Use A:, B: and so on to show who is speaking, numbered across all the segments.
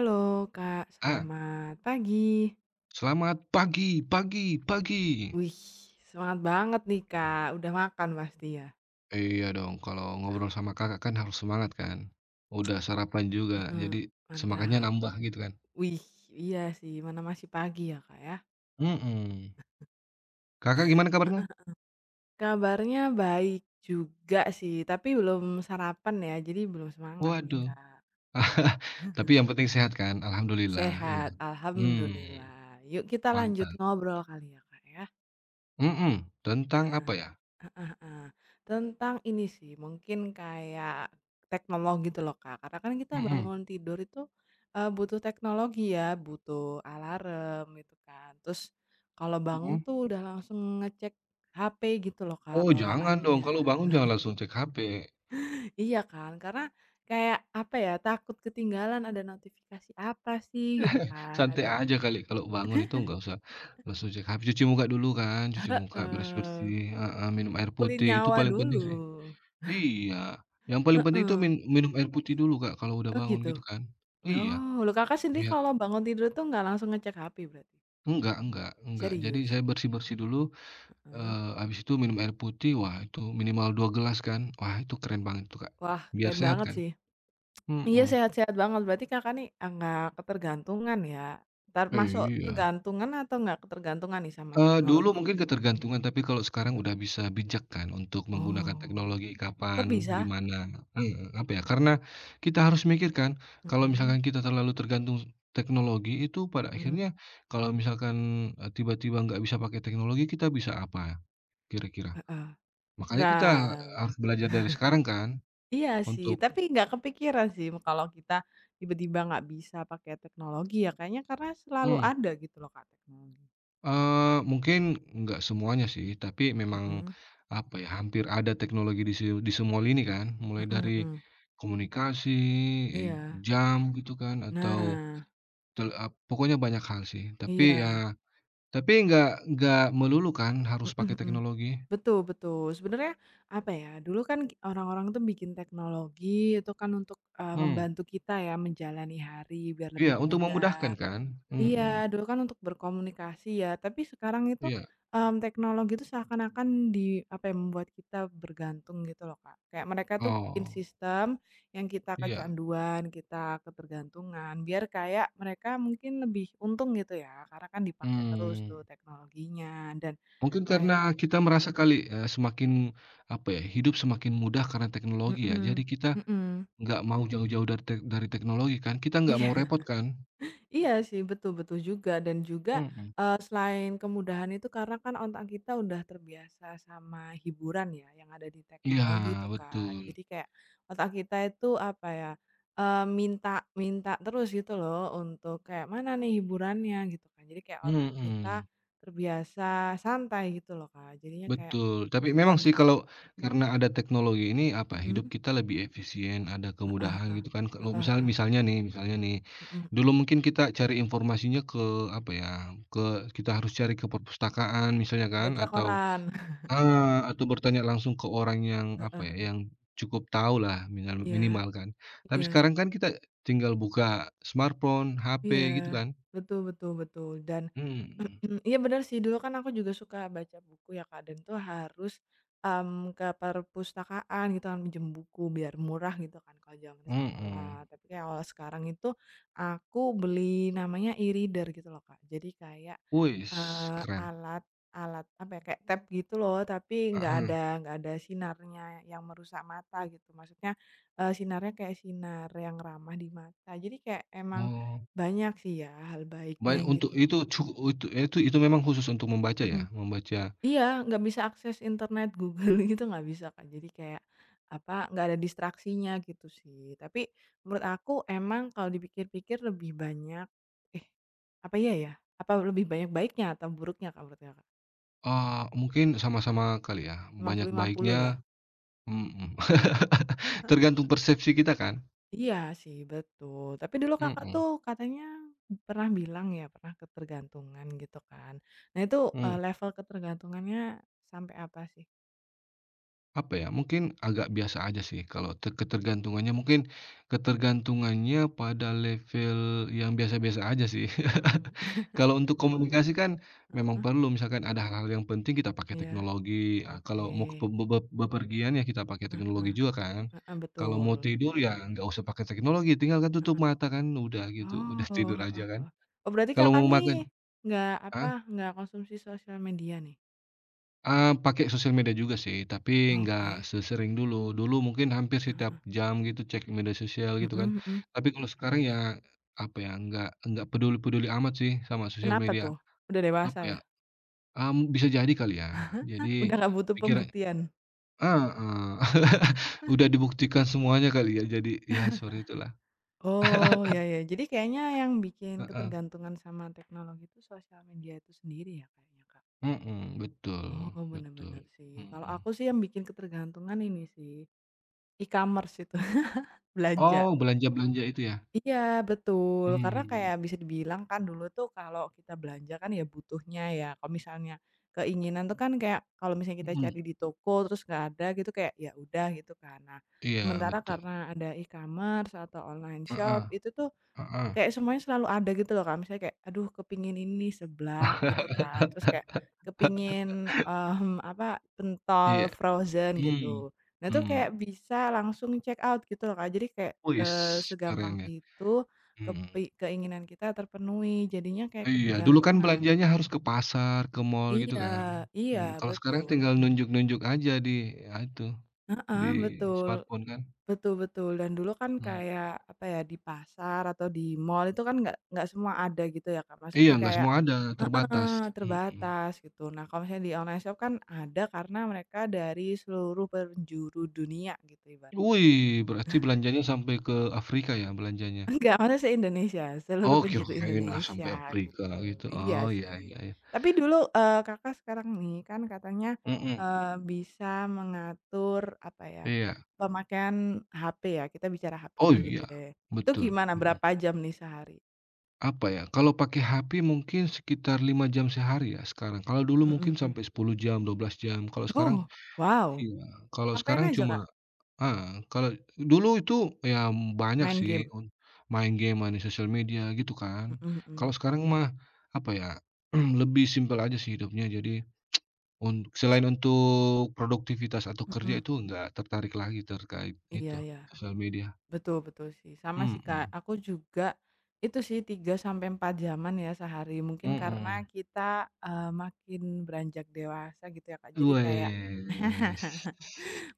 A: Halo Kak,
B: Ah,
A: selamat pagi.
B: "Selamat pagi pagi pagi!"
A: Wih, semangat banget nih Kak, udah makan pasti ya?
B: Iya dong, kalau ngobrol sama Kakak kan harus semangat kan. Udah sarapan juga,
A: Heeh,
B: jadi semangatnya
A: mantap.
B: nambah gitu kan.
A: Wih, iya sih, mana masih pagi ya Kak ya?
B: Mhm. Kakak gimana kabarnya?
A: Kabarnya baik juga sih, tapi belum sarapan ya, jadi belum semangat nih
B: Waduh.
A: Kak.
B: Tapi yang penting sehat kan? Alhamdulillah, iya.
A: Sehat,
B: Hmm,
A: alhamdulillah. Yuk kita lanjut
B: mantap.
A: ngobrol kali ya Kak ya.
B: Mhm, tentang apa
A: Nah,
B: ya?
A: heeh heeh. Tentang ini sih, mungkin kayak teknologi gitu loh, Kak. Karena kan kita
B: Mhm
A: bangun tidur itu, butuh teknologi ya, butuh alarm gitu kan. Terus kalau bangun
B: mhm.
A: tuh udah langsung ngecek HP gitu loh, Kak,
B: Oh jangan dong,
A: bawaannya.
B: kalau bangun jangan langsung cek HP.
A: Iya kan, karena kayak apa ya, takut ketinggalan ada notifikasi apa sih gitu kan,
B: Santai
A: ada
B: aja kali kalau bangun itu nggak usah langsung cek HP, cuci muka dulu kan, cuci muka,
A: heeh,
B: beres-bersih, heeh, minum air
A: kumpulin
B: putih, itu
A: nyawa
B: paling penting
A: dulu.
B: sih. Iya, yang paling penting itu
A: Heeh,
B: minum air putih dulu Kak, kalau udah
A: oh
B: bangun
A: gitu?
B: gitu kan. Iya,
A: Oh, loh Kakak sendiri
B: biar
A: kalau bangun tidur tuh nggak langsung ngecek HP berarti?
B: enggak, jadi
A: Serius?
B: saya bersih-bersih dulu,
A: Heeh.
B: habis itu minum air putih, wah itu minimal 2 gelas kan, wah itu keren banget tuh Kak,
A: Wah,
B: biar
A: keren
B: sehat
A: banget
B: kan.
A: sih. Iya
B: Mhm,
A: sehat-sehat banget, berarti Kakak nih ah, nggak ketergantungan ya? Ntar masuk
B: iya.
A: tergantungan atau nggak ketergantungan nih sama
B: Dulu
A: teknologi?
B: mungkin ketergantungan, tapi kalau sekarang udah bisa bijak kan untuk menggunakan
A: Oh,
B: teknologi
A: kok
B: kapan,
A: bisa?
B: di mana heeh, apa ya, karena kita harus mikir kan, kalau misalkan
A: Mhm
B: kita terlalu tergantung teknologi itu pada
A: mhm,
B: akhirnya kalau misalkan, tiba-tiba nggak bisa pakai teknologi, kita bisa apa kira-kira?
A: heeh.
B: Makanya kita
A: Nggak,
B: harus belajar dari sekarang kan
A: iya sih,
B: untuk
A: tapi nggak kepikiran sih kalau kita tiba-tiba nggak bisa pakai teknologi ya, kayaknya karena selalu
B: mmm.
A: ada gitu loh Kak teknologi.
B: Mungkin nggak semuanya sih, tapi memang,
A: Mhm,
B: apa ya, hampir ada teknologi di semua lini kan, mulai
A: mhm
B: dari
A: mhm.
B: komunikasi, eee,
A: Iya.
B: jam gitu kan, atau
A: Nah,
B: tel ap pokoknya banyak hal sih. Tapi
A: iya.
B: ya tapi nggak melulu kan harus
A: Mhm
B: pakai
A: mhm.
B: teknologi.
A: Betul betul. Sebenarnya, apa ya, dulu kan orang-orang tuh bikin teknologi itu kan untuk,
B: Mmm,
A: membantu kita ya menjalani hari biar
B: iya,
A: lebih
B: untuk memudahkan
A: mudah.
B: kan?
A: Iya,
B: Mhm,
A: dulu kan untuk berkomunikasi ya, tapi sekarang itu,
B: iya.
A: teknologi itu seakan-akan di apa yang membuat kita bergantung gitu loh, Kak. Kayak mereka tuh bikin
B: Oh,
A: sistem yang kita
B: iya,
A: kecanduan, kita ketergantungan, biar kayak mereka mungkin lebih untung gitu ya, karena kan dipakai terus
B: mmm,
A: tuh teknologinya dan
B: mungkin
A: kayak
B: karena kita merasa kali, semakin, apa ya, hidup semakin mudah karena teknologi ya, jadi
A: mhm,
B: kita
A: mhm.
B: nggak mau jauh-jauh dari teknologi kan, kita nggak mau repot kan?
A: Iya sih, betul betul juga dan juga,
B: Mhm.
A: selain kemudahan itu karena kan otak kita udah terbiasa sama hiburan ya yang ada di
B: Iya,
A: teknologi itu, Kak.
B: betul.
A: Jadi kayak otak kita itu apa ya, minta minta terus gitu loh untuk kayak, "Mana nih hiburannya?" gitu kan. Jadi kayak otak kita
B: Mhm,
A: terbiasa santai gitu loh, Kak. Jadinya kayak
B: betul. Tapi
A: suka
B: memang sih
A: buka
B: kalau karena ada teknologi ini, apa, hidup
A: mm
B: kita lebih efisien, ada
A: ah
B: kemudahan
A: ah
B: gitu kan. Kalau
A: ah
B: misal
A: ah
B: misalnya nih misalnya nih,
A: heeh, mhm
B: dulu
A: mhm,
B: mungkin kita cari informasinya ke, apa ya, ke kita harus cari ke perpustakaan misalnya kan,
A: baca
B: atau
A: koran,
B: Atau bertanya langsung ke orang yang, apa
A: heeh,
B: ya, yang cukup tahu lah minimal
A: iya
B: minimal kan. Tapi
A: iya.
B: sekarang kan kita tinggal buka smartphone,
A: Iya,
B: HP gitu kan.
A: betul betul betul dan
B: Mhm,
A: iya benar sih dulu kan aku juga suka baca buku ya Kak, dan tuh harus, ke perpustakaan gitu kan minjem buku biar murah gitu kan kalau zaman sekolah,
B: mhm.
A: tapi kayak kalau sekarang itu aku beli namanya e-reader gitu loh Kak, jadi kayak,
B: Wis, keren.
A: alat alat apa ya, kayak tab gitu loh tapi
B: Heeh.
A: nggak ada sinarnya yang merusak mata gitu maksudnya, sinarnya kayak sinar yang ramah di mata jadi kayak emang
B: Oh,
A: banyak sih ya hal baiknya
B: banyak
A: yang
B: untuk
A: gitu,
B: itu memang khusus untuk membaca ya?
A: mhm.
B: Membaca,
A: Iya, nggak bisa akses internet, Google gitu nggak bisa, kan, jadi kayak, apa, nggak ada distraksinya gitu sih. Tapi menurut aku emang kalau dipikir-pikir lebih banyak eh, apa iya ya? Apa lebih banyak baiknya atau buruknya, Kak, menurut Kakak?
B: mungkin sama-sama kali ya,
A: lima
B: banyak
A: puluh lima puluh lah.
B: baiknya mhm. Tergantung persepsi kita kan?
A: Iya sih, betul. Tapi dulu Kakak
B: Mhm,
A: tuh katanya pernah bilang ya, pernah ketergantungan gitu kan. Nah itu,
B: mhm.
A: level ketergantungannya sampai apa sih?
B: Apa ya, mungkin agak biasa aja sih kalau ketergantungannya mungkin ketergantungannya pada level yang biasa-biasa aja sih.
A: Mhm,
B: Kalau untuk komunikasi kan memang
A: heeh,
B: perlu misalkan ada hal-hal yang penting kita pakai
A: iya.
B: teknologi, kalau mau ke pe
A: Oke,
B: be be bepergian ya kita pakai
A: heeh
B: teknologi
A: heeh,
B: juga kan.
A: heeh,
B: Kalau
A: betul,
B: mau tidur ya nggak usah pakai teknologi, tinggal kan tutup
A: heeh.
B: mata kan udah gitu, udah
A: Oh,
B: tidur
A: heeh
B: aja kan.
A: heeh. Oh, berarti
B: Kalau
A: Kakak
B: mau
A: nih
B: makan ah,
A: nggak konsumsi sosial media nih?
B: Pakai sosial media juga sih, tapi nggak
A: Oke,
B: sesering dulu. Dulu mungkin hampir
A: heeh
B: setiap
A: heeh,
B: jam gitu cek media sosial gitu kan.
A: mhm mhm.
B: Tapi kalau sekarang ya, apa ya, nggak peduli-peduli amat sih sama sosial
A: Kenapa
B: media.
A: tuh? Udah dewasa
B: Apa ya,
A: ya?
B: mmm, bisa jadi kali ya. Jadi
A: Udah nggak butuh
B: pikir
A: pembuktian?
B: heeh, udah dibuktikan semuanya kali ya, jadi ya seperti itulah.
A: Oh, ya ya, jadi kayaknya yang bikin
B: Heeh,
A: ketergantungan sama teknologi itu sosial media itu sendiri ya kayaknya, Kak?
B: mhm, betul
A: Oh, bener
B: betul,
A: bener sih. Kalau
B: mhm.
A: aku sih yang bikin ketergantungan ini sih, e-commerce itu, belanja.
B: Oh, belanja-belanja itu ya?
A: Iya betul, karena
B: Mmm,
A: kayak bisa dibilang kan dulu tuh kalau kita belanja kan ya butuhnya ya, kalau misalnya keinginan tuh kan kayak kalau misalnya kita
B: mhm,
A: cari di toko terus nggak ada gitu kayak ya udah gitu kan. Nah,
B: iya
A: sementara
B: betul,
A: karena ada e-commerce atau online
B: heeh
A: shop itu tuh
B: heeh.
A: kayak semuanya selalu ada gitu loh, Kak. Misalnya kayak, aduh kepingin ini seblak gitu kan, terus kayak kepingin, apa, pentol
B: Iya,
A: frozen
B: mmm,
A: gitu. Nah itu kayak
B: mmm,
A: bisa langsung check out gitu loh, Kak. Jadi kayak,
B: wis keren
A: segampang
B: ya,
A: itu
B: mhm,
A: keinginan kita terpenuhi, jadinya kayak
B: iya dulu kan
A: ketergantungan.
B: belanjanya harus ke pasar, ke mall gitu
A: Iya
B: kan,
A: iya,
B: mmm, kalau sekarang
A: betul.
B: tinggal nunjuk-nunjuk aja di ya itu,
A: Heeh,
B: di
A: betul
B: smartphone kan,
A: betul betul. Dan dulu kan
B: mmm,
A: kayak, apa ya, di pasar atau di mall itu kan nggak semua ada gitu ya, Kak.
B: iya
A: Maksudnya
B: nggak
A: kayak
B: semua ada, terbatas, mhm,
A: terbatas gitu. Nah, kalau misalnya di online shop kan ada karena mereka dari seluruh penjuru dunia gitu ibaratnya.
B: wih berarti belanjanya sampai ke Afrika ya belanjanya?
A: Enggak, maksudnya se-Indonesia, seluruh
B: Oh
A: penjuru
B: kirain, ah,
A: Indonesia
B: sampai Afrika
A: gitu.
B: gitu,
A: Iya
B: oh iya
A: sih.
B: iya iya,
A: Tapi dulu, Kakak sekarang nih kan katanya,
B: mhm,
A: bisa mengatur apa ya,
B: iya,
A: pemakaian HP ya, kita bicara HP
B: oh
A: dulu
B: iya,
A: deh. Itu
B: betul,
A: gimana
B: mhm.
A: berapa jam nih sehari?
B: Apa ya, kalau pakai HP mungkin sekitar 5 jam sehari ya sekarang, kalau dulu
A: Mhm
B: mungkin
A: mhm.
B: sampai 10 jam, 12 jam, kalau sekarang
A: Oh, wow!
B: iya, kalau
A: Ngapain
B: sekarang
A: aja Kak?
B: cuma kalau dulu itu ya banyak
A: Main
B: sih
A: game?
B: main game, main di sosial media gitu kan.
A: Mhm
B: Kalau
A: mhm.
B: sekarang mah apa ya, lebih simpel aja sih hidupnya jadi selain untuk produktivitas atau kerja
A: Mhm.
B: itu nggak tertarik lagi terkait
A: Iya
B: itu,
A: ya.
B: sosial media.
A: Betul betul sih, sama sih, Kak.
B: Mhm,
A: Aku juga itu sih 3 sampai 4 jaman ya sehari. Mungkin karena
B: mhm.
A: kita, makin beranjak dewasa gitu ya, Kak. Jadi kayak
B: Wes,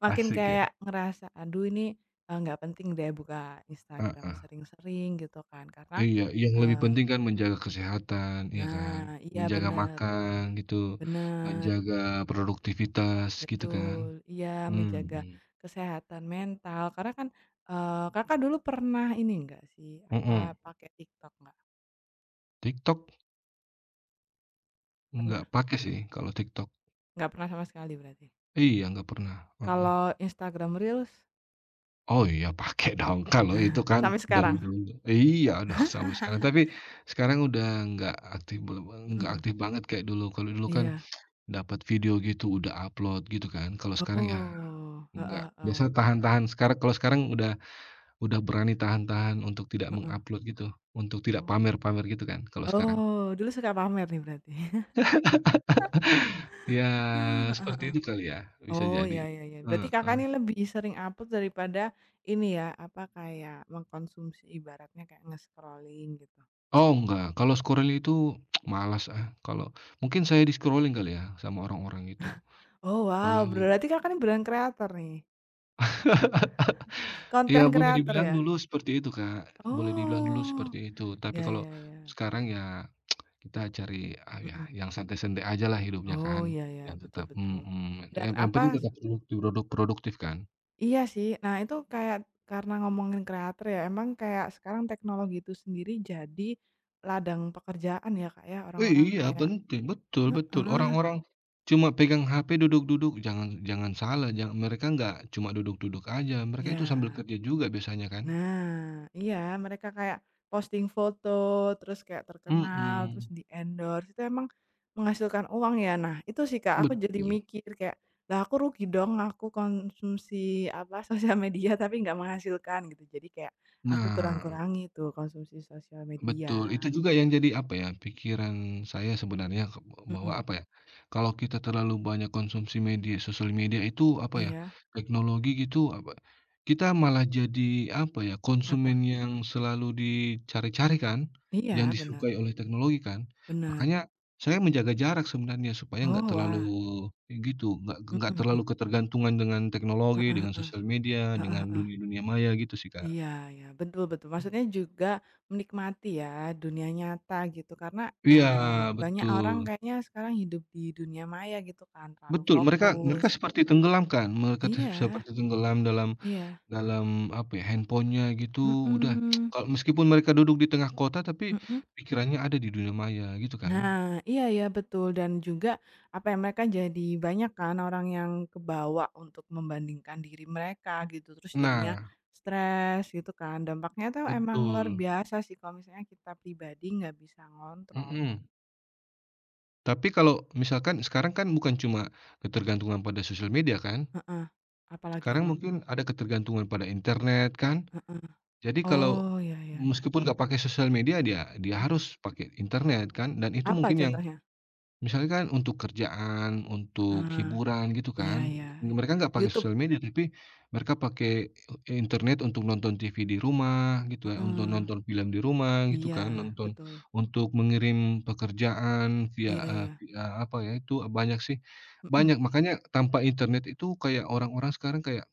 A: makin
B: asik ya.
A: kayak ngerasa, "Aduh ini, nggak penting deh buka Instagram
B: Heeh,
A: sering-sering," gitu kan. Karena,
B: iya, yang lebih
A: eee
B: penting kan menjaga kesehatan, iya kan,
A: nah, iya
B: menjaga
A: bener
B: makan gitu,
A: bener,
B: menjaga produktivitas gitu kan,
A: betul. Iya,
B: mhm,
A: menjaga kesehatan mental karena kan, Kakak dulu pernah ini enggak sih, apa,
B: mhm,
A: pakai TikTok nggak?
B: TikTok
A: Pernah?
B: nggak pakai sih kalau TikTok,
A: Nggak pernah sama sekali berarti.
B: iya nggak pernah, heeh,
A: Kalau Instagram Reels
B: oh iya pakai dong kalau itu kan
A: sampai
B: dari
A: sekarang?
B: dulu, iya dong sampai sekarang tapi sekarang udah nggak aktif belum nggak
A: Mhm,
B: aktif banget kayak dulu, kalau dulu kan
A: iya.
B: dapat video gitu udah upload gitu kan, kalau sekarang ya
A: Oh, heeh
B: nggak, biasa
A: heeh,
B: tahan-tahan sekarang kalau sekarang udah berani tahan-tahan untuk tidak
A: heeh.
B: meng-upload gitu, untuk tidak
A: Oh.
B: pamer-pamer gitu kan kalau sekarang?
A: Oh, dulu suka pamer nih berarti.
B: Ya
A: Mmm.
B: seperti itu kali ya, bisa
A: Oh,
B: jadi.
A: ya ya ya. Berarti Kakak
B: Heeh.
A: ini lebih sering upload daripada ini ya, apa, kayak mengkonsumsi ibaratnya kayak nge-scrolling gitu.
B: Oh enggak, kalau scroll itu malas ah, kalau mungkin
A: Mmm.
B: saya di-scrolling kali ya sama orang-orang gitu.
A: Oh, wow,
B: Kalau
A: berarti Kakak ini brand creator nih,
B: iya
A: konten
B: boleh
A: kreator
B: dibilang
A: ya?
B: dulu seperti itu, Kak, boleh dibilang dulu
A: Oh,
B: seperti itu. Tapi
A: ya
B: kalau
A: ya ya,
B: sekarang ya kita cari, ya
A: mhm.
B: yang santai-santai aja lah hidupnya
A: Oh,
B: kan,
A: iya ya
B: yang
A: betul
B: tetap
A: betul.
B: mhm,
A: Dan
B: yang penting
A: apa
B: tetap produktif produktif kan.
A: iya sih, nah itu kayak karena ngomongin kreator ya, emang kayak sekarang teknologi itu sendiri jadi ladang pekerjaan ya, Kak, ya,
B: Oh
A: orang-orang
B: iya
A: kayak
B: penting, betul betul. Orang-orang cuma pegang HP duduk-duduk, jangan jangan salah, jang mereka nggak cuma duduk-duduk aja, mereka itu sambil
A: ya
B: kerja juga biasanya kan?
A: nah, iya mereka kayak posting foto, terus kayak terkenal, terus
B: Mhm.
A: di-endorse, itu emang menghasilkan uang ya. Nah, itu sih Kak, aku jadi
B: Betul.
A: mikir kayak, "Lah aku rugi dong aku konsumsi, apa, sosial media tapi nggak menghasilkan," gitu. Jadi kayak aku
B: Nah
A: kurang-kurangi tuh konsumsi sosial media.
B: betul, itu juga yang jadi, apa ya, pikiran saya sebenarnya ke
A: Mhm,
B: bahwa, apa ya, kalau kita terlalu banyak konsumsi media sosial media itu, apa ya,
A: iya,
B: teknologi gitu, apa, kita malah jadi, apa ya,
A: apa?
B: konsumen yang selalu dicari-cari kan, yang
A: Iya, benar
B: disukai oleh teknologi kan.
A: benar.
B: Makanya saya menjaga jarak sebenarnya supaya nggak
A: Oh,
B: terlalu
A: wah.
B: gitu, nggak
A: Mhm mhm.
B: terlalu ketergantungan dengan teknologi,
A: Heeh
B: dengan
A: heeh.
B: sosial media,
A: Heeh
B: dengan
A: heeh.
B: dunia-dunia maya gitu sih, Kak.
A: Iya ya betul betul. Maksudnya
B: Mhm.
A: juga menikmati ya dunia nyata gitu karena,
B: Iya,
A: banyak orang
B: betul.
A: kayaknya sekarang hidup di dunia maya gitu kan, terlalu
B: Betul, mereka
A: fokus.
B: mereka seperti tenggelam kan, mereka
A: Iya
B: seperti mhm tenggelam dalam
A: iya,
B: dalam apa ya, handphone-nya gitu, udah
A: mhm
B: kalau meskipun mereka duduk di tengah kota, tapi
A: mhm.
B: pikirannya ada di dunia maya gitu kan.
A: Nah, iya ya betul dan juga apa ya, mereka jadi banyak kan orang yang kebawa untuk membandingkan diri mereka gitu, terus jadinya
B: Nah,
A: stres gitu kan, dampaknya tuh emang luar
B: betul,
A: biasa sih kalau misalnya kita pribadi nggak bisa ngontrol.
B: mhm, tapi kalau misalkan sekarang kan bukan cuma ketergantungan pada sosial media kan,
A: Heeh, apalagi
B: sekarang
A: emang?
B: mungkin mhm ada ketergantungan pada internet kan.
A: Heeh.
B: Jadi kalau
A: Oh, ya ya ya,
B: meskipun nggak pakai sosial media, dia dia
A: mhm.
B: harus pakai internet kan, dan itu
A: Apa
B: mungkin yang
A: contohnya?
B: misalnya kan untuk kerjaan, untuk
A: Heeh,
B: hiburan gitu
A: iya
B: kan,
A: iya,
B: mereka nggak pakai
A: YouTube,
B: sosial media, tapi mereka pakai internet untuk nonton TV di rumah gitu ya, untuk
A: heeh,
B: nonton film di rumah gitu kan,
A: iya,
B: nonton
A: betul,
B: untuk mengirim pekerjaan via,
A: iya iya,
B: via apa ya itu, banyak sih,
A: mhm.
B: banyak. Makanya tanpa internet itu kayak orang-orang sekarang kayak,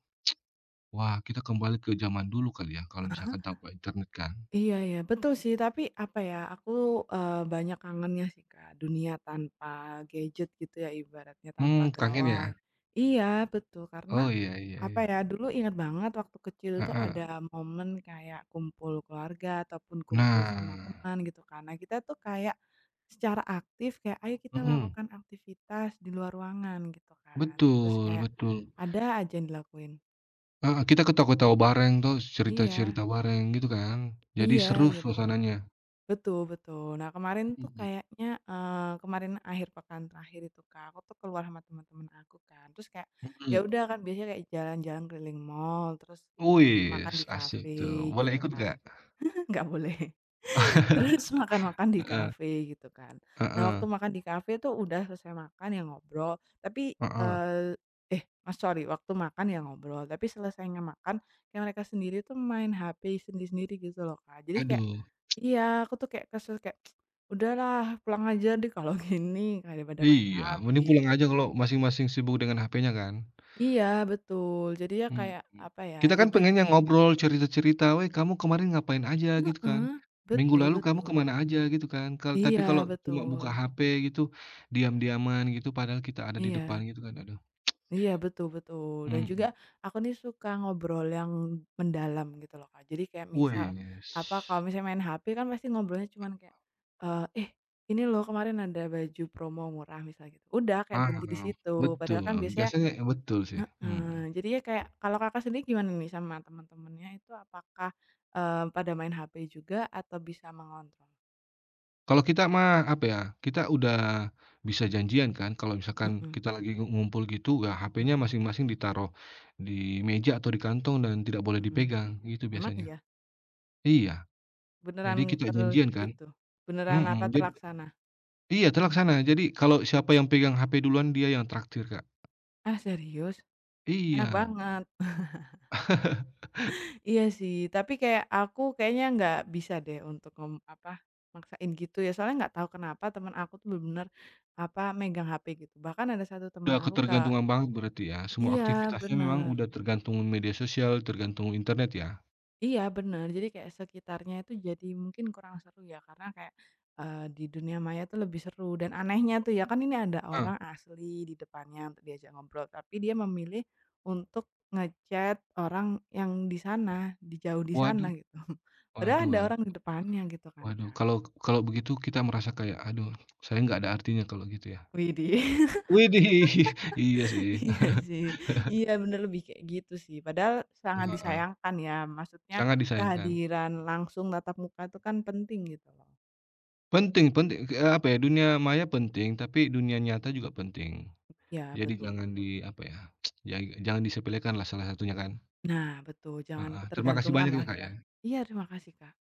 B: "Wah kita kembali ke zaman dulu kali ya kalau misalkan tanpa internet kan?"
A: Iya ya betul sih, tapi apa ya, aku, banyak kangennya sih, Kak, dunia tanpa gadget gitu ya ibaratnya, tanpa
B: Mmm, kangen
A: gawai.
B: ya?
A: Iya, betul, karena
B: Oh iya iya
A: apa
B: iya.
A: ya, dulu ingat banget waktu kecil tuh
B: Heeh.
A: ada momen kayak kumpul keluarga ataupun kumpul sama
B: Nah
A: teman gitu kan. Nah, kita tuh kayak secara aktif kayak, "Ayo kita
B: mhm.
A: melakukan aktivitas di luar ruangan," gitu kan. Terus
B: Betul
A: kayak
B: betul.
A: ada aja yang dilakuin.
B: Heeh, kita ketawa-ketawa bareng, terus
A: Iya
B: cerita-cerita bareng gitu kan. Jadi
A: iya
B: seru
A: iya, betul.
B: suasananya.
A: Betul betul. Nah, kemarin tuh
B: Mhm
A: kayaknya, kemarin akhir pekan terakhir itu, Kak, aku tuh keluar sama teman-teman aku kan, terus kayak, ya
B: mhm.
A: udah kan biasanya kayak jalan-jalan keliling mall, terus, makan
B: Wis,
A: di
B: asik
A: kafe
B: tuh. Boleh
A: gitu
B: ikut
A: kan.
B: nggak?
A: Nggak boleh. Terus makan-makan di
B: Heeh
A: kafe gitu kan. Nah,
B: heeh
A: waktu makan di kafe tuh udah selesai makan ya ngobrol, tapi,
B: heeh.
A: eee, eh, mas sorry waktu makan ya ngobrol, tapi selesainya makan kayak mereka sendiri tuh main HP sendiri-sendiri gitu loh, Kak. Jadi kayak
B: Aduh,
A: iya, aku tuh kayak kesel kayak, "Udahlah pulang aja deh kalau gini kayak daripada main
B: iya mending
A: HP,"
B: pulang
A: gitu
B: aja
A: kan.
B: kalau masing-masing sibuk dengan HP-nya kan.
A: Iya betul, jadi ya
B: Mhm.
A: kayak apa ya,
B: Kita
A: ya
B: kan
A: gitu
B: pengennya
A: sih.
B: ngobrol, cerita-cerita, "Weh, kamu kemarin ngapain aja?" gitu kan.
A: Heeh,
B: "Minggu
A: betul
B: lalu kamu
A: betul.
B: kemana aja?" gitu kan. Tapi
A: Iya
B: kalau cuma buka
A: betul,
B: HP gitu, diam-diaman gitu, padahal kita ada di depan
A: iya.
B: gitu kan, aduh.
A: Iya, betul betul. Dan juga
B: Mhm.
A: aku nih suka ngobrol yang mendalam gitu loh, Kak. Jadi kayak misal, apa, kalau
B: Wes,
A: misalnya main HP kan pasti ngobrolnya cuman kayak, "Eh, ini loh kemarin ada baju promo murah," misalnya gitu. Udah, kayak berhenti
B: paham.
A: di situ. Padahal kan
B: Betul,
A: biasanya
B: biasanya betul sih, mhm.
A: heeh, jadi ya kayak kalau Kakak sendiri gimana nih sama teman-temannya itu apakah, pada main HP juga atau bisa mengontrol?
B: Kalau kita mah, apa ya, kita udah bisa janjian kan, kalau misalkan
A: Mhm
B: kita lagi ngumpul gitu, ya HP-nya
A: mhm
B: masing-masing ditaruh di meja atau di kantong dan tidak boleh
A: mhm.
B: dipegang, gitu
A: Memang
B: biasanya.
A: iya?
B: Iya.
A: Beneran
B: Jadi kita janjian kan?
A: itu, beneran, apa,
B: Mhm,
A: terlaksana?
B: iya terlaksana. Jadi kalau siapa yang pegang HP duluan dia yang traktir, Kak.
A: Ah, serius? Enak
B: Iya.
A: banget. Iya sih, tapi kayak aku kayaknya nggak bisa deh untuk apa, maksain gitu ya, soalnya nggak tahu kenapa teman aku tuh bener-bener, apa, megang HP gitu. Bahkan ada satu teman
B: Udah
A: aku, Kak
B: ketergantungan banget berarti ya, semua
A: iya,
B: aktivitasnya memang
A: bener.
B: udah tergantung media sosial, tergantung internet ya?
A: Iya bener, jadi kayak sekitarnya itu jadi mungkin kurang seru ya karena kayak, di dunia maya tuh lebih seru dan anehnya tuh ya kan ini ada
B: Heeh.
A: orang asli di depannya untuk diajak ngobrol tapi dia memilih untuk ngechat orang yang di sana, di jauh di sana
B: Waduh
A: gitu. Padahal
B: waduh
A: ada
B: wad
A: orang di depannya gitu kan,
B: Waduh,
A: Kak.
B: kalau kalau begitu kita merasa kayak, "Aduh, saya nggak ada artinya kalau gitu ya."
A: Widih,
B: Widih, iya sih.
A: iya sih, iya bener lebih kayak gitu sih padahal sangat
B: Heeh,
A: disayangkan ya maksudnya
B: sangat disayangkan.
A: kehadiran langsung tatap muka itu kan penting gitu loh.
B: Penting penting, apa ya, dunia maya penting, tapi dunia nyata juga penting.
A: Ya
B: Jadi
A: betul
B: jangan di
A: betul.
B: apa ya, ya jangan disepelekan lah salah satunya kan.
A: Nah betul, jangan
B: Heeh, terima kasih
A: ketergantungan
B: banyak ya,
A: lah
B: Kak,
A: kita.
B: ya.
A: Iya terima kasih, Kak.